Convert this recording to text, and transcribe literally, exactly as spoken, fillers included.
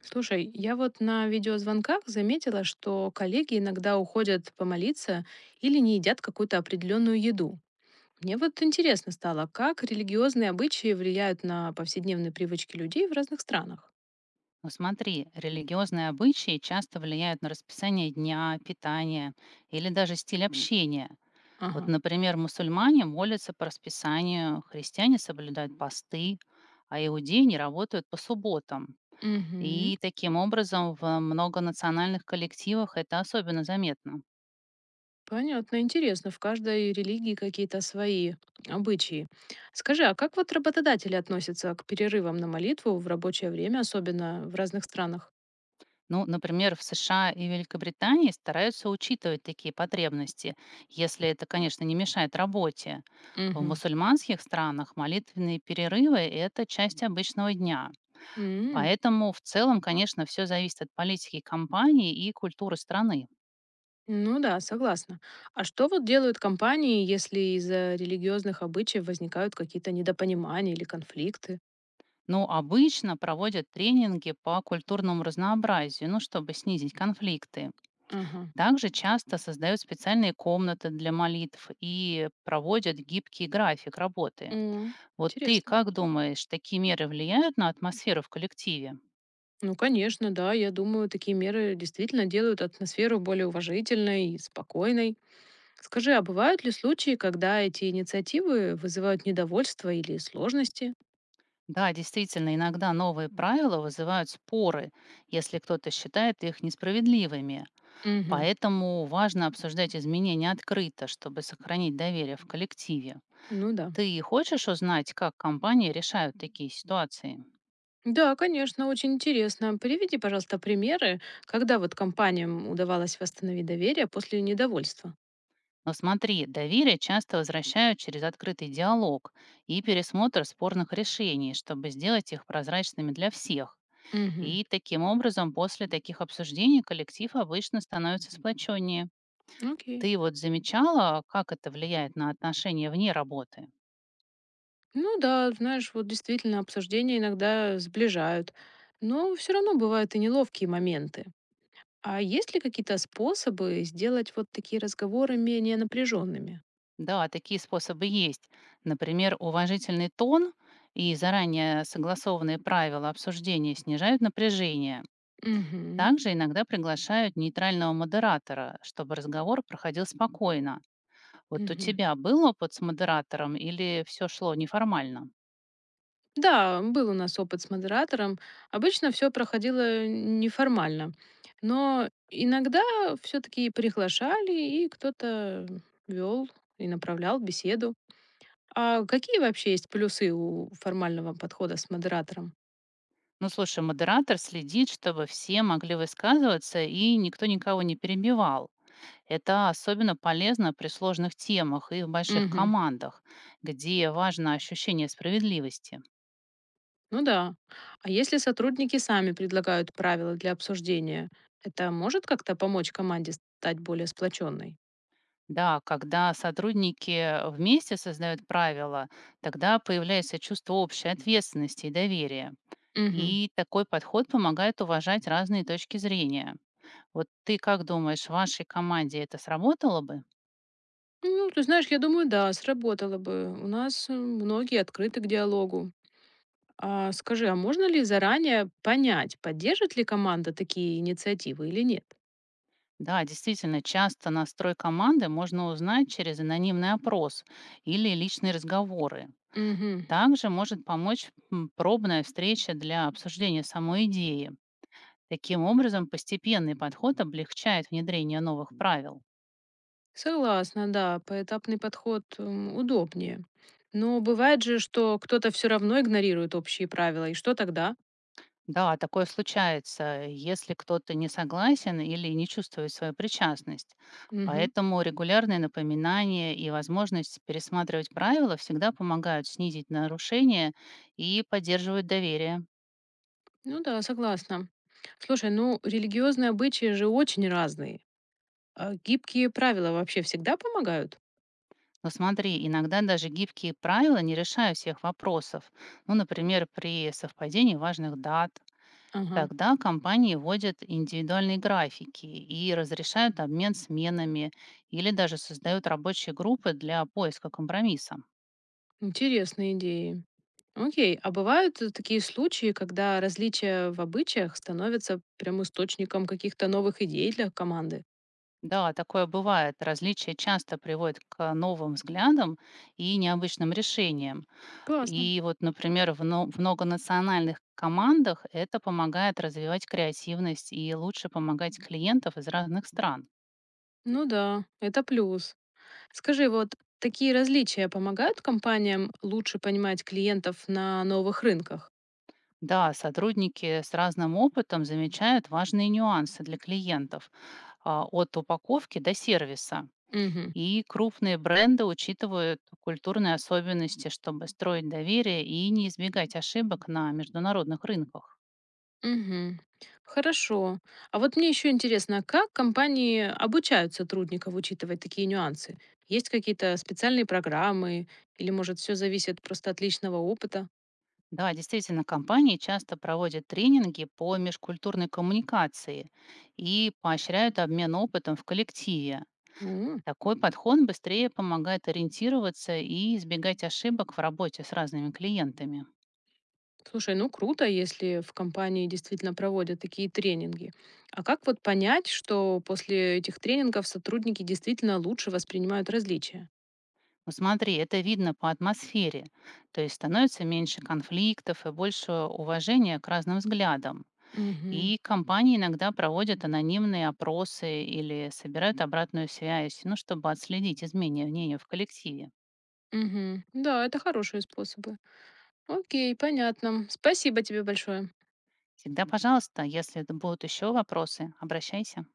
Слушай, я вот на видеозвонках заметила, что коллеги иногда уходят помолиться или не едят какую-то определенную еду. Мне вот интересно стало, как религиозные обычаи влияют на повседневные привычки людей в разных странах. Ну смотри, религиозные обычаи часто влияют на расписание дня, питание или даже стиль общения. Вот, Ага. например, мусульмане молятся по расписанию, христиане соблюдают посты, а иудеи не работают по субботам. Угу. И таким образом в многонациональных коллективах это особенно заметно. Понятно, интересно. В каждой религии какие-то свои обычаи. Скажи, а как вот работодатели относятся к перерывам на молитву в рабочее время, особенно в разных странах? Ну, например, в С Ш А и Великобритании стараются учитывать такие потребности, если это, конечно, не мешает работе. В Угу. мусульманских странах молитвенные перерывы– это часть обычного дня. Поэтому в целом, конечно, все зависит от политики компании и культуры страны. Ну да, согласна. А что вот делают компании, если из-за религиозных обычаев возникают какие-то недопонимания или конфликты? Но обычно проводят тренинги по культурному разнообразию, ну, чтобы снизить конфликты. Ага. Также часто создают специальные комнаты для молитв и проводят гибкий график работы. М. Вот ты Интересно. как думаешь, такие меры влияют на атмосферу в коллективе? Ну, конечно, да, я думаю, такие меры действительно делают атмосферу более уважительной и спокойной. Скажи, а бывают ли случаи, когда эти инициативы вызывают недовольство или сложности? Да, действительно, иногда новые правила вызывают споры, если кто-то считает их несправедливыми. Угу. Поэтому важно обсуждать изменения открыто, чтобы сохранить доверие в коллективе. Ну да. Ты хочешь узнать, как компании решают такие ситуации? Да, конечно, очень интересно. Приведи, пожалуйста, примеры, когда вот компаниям удавалось восстановить доверие после недовольства. Но смотри, доверие часто возвращают через открытый диалог и пересмотр спорных решений, чтобы сделать их прозрачными для всех. Мгм. И таким образом, после таких обсуждений коллектив обычно становится сплоченнее. Окей. Ты вот замечала, как это влияет на отношения вне работы? Ну да, знаешь, вот действительно обсуждения иногда сближают, но все равно бывают и неловкие моменты. А есть ли какие-то способы сделать вот такие разговоры менее напряженными? Да, такие способы есть. Например, уважительный тон и заранее согласованные правила обсуждения снижают напряжение. Мгм. Также иногда приглашают нейтрального модератора, чтобы разговор проходил спокойно. Вот у Мгм. тебя был опыт с модератором или все шло неформально? Да, был у нас опыт с модератором. Обычно все проходило неформально, но иногда все-таки приглашали, и кто-то вел и направлял беседу. А какие вообще есть плюсы у формального подхода с модератором? Ну, слушай, модератор следит, чтобы все могли высказываться и никто никого не перебивал. Это особенно полезно при сложных темах и в больших Мгм. командах, где важно ощущение справедливости. Ну да. А если сотрудники сами предлагают правила для обсуждения, это может как-то помочь команде стать более сплоченной? Да, когда сотрудники вместе создают правила, тогда появляется чувство общей ответственности и доверия. Мгм. И такой подход помогает уважать разные точки зрения. Вот ты как думаешь, в вашей команде это сработало бы? Ну, ты знаешь, я думаю, да, сработало бы. У нас э, многие открыты к диалогу. А скажи, а можно ли заранее понять, поддержит ли команда такие инициативы или нет? Да, действительно, часто настрой команды можно узнать через анонимный опрос или личные разговоры. Мгм. Также может помочь м, пробная встреча для обсуждения самой идеи. Таким образом, постепенный подход облегчает внедрение новых правил. Согласна, да, поэтапный подход м, удобнее. Но бывает же, что кто-то все равно игнорирует общие правила, и что тогда? Да, такое случается, если кто-то не согласен или не чувствует свою причастность. Мгм. Поэтому регулярные напоминания и возможность пересматривать правила всегда помогают снизить нарушения и поддерживают доверие. Ну да, согласна. Слушай, ну религиозные обычаи же очень разные. А гибкие правила вообще всегда помогают? Но смотри, иногда даже гибкие правила не решают всех вопросов. Ну, например, при совпадении важных дат. Ага, Тогда компании вводят индивидуальные графики и разрешают обмен сменами или даже создают рабочие группы для поиска компромисса. интересные идеи. Окей, а бывают э, такие случаи, когда различия в обычаях становятся прям источником каких-то новых идей для команды? Да, такое бывает. Различия часто приводят к новым взглядам и необычным решениям. Классно. И вот, например, в, но- в многонациональных командах это помогает развивать креативность и лучше помогать клиентов из разных стран. Ну да, это плюс. Скажи, вот такие различия помогают компаниям лучше понимать клиентов на новых рынках? Да, сотрудники с разным опытом замечают важные нюансы для клиентов а, от упаковки до сервиса. Мгм. И крупные бренды учитывают культурные особенности, чтобы строить доверие и не избегать ошибок на международных рынках. Мгм. Хорошо. А вот мне еще интересно, как компании обучают сотрудников учитывать такие нюансы? Есть какие-то специальные программы или, может, все зависит просто от личного опыта? Да, действительно, компании часто проводят тренинги по межкультурной коммуникации и поощряют обмен опытом в коллективе. М. Такой подход быстрее помогает ориентироваться и избегать ошибок в работе с разными клиентами. Слушай, ну круто, если в компании действительно проводят такие тренинги. А как вот понять, что после этих тренингов сотрудники действительно лучше воспринимают различия? Ну, смотри, это видно по атмосфере, то есть становится меньше конфликтов и больше уважения к разным взглядам. Мгм. И компании иногда проводят анонимные опросы или собирают обратную связь, ну, чтобы отследить изменения мнения в коллективе. Мгм. Да, это хорошие способы. Окей, понятно. Спасибо тебе большое. Всегда пожалуйста, если это будут еще вопросы, обращайся.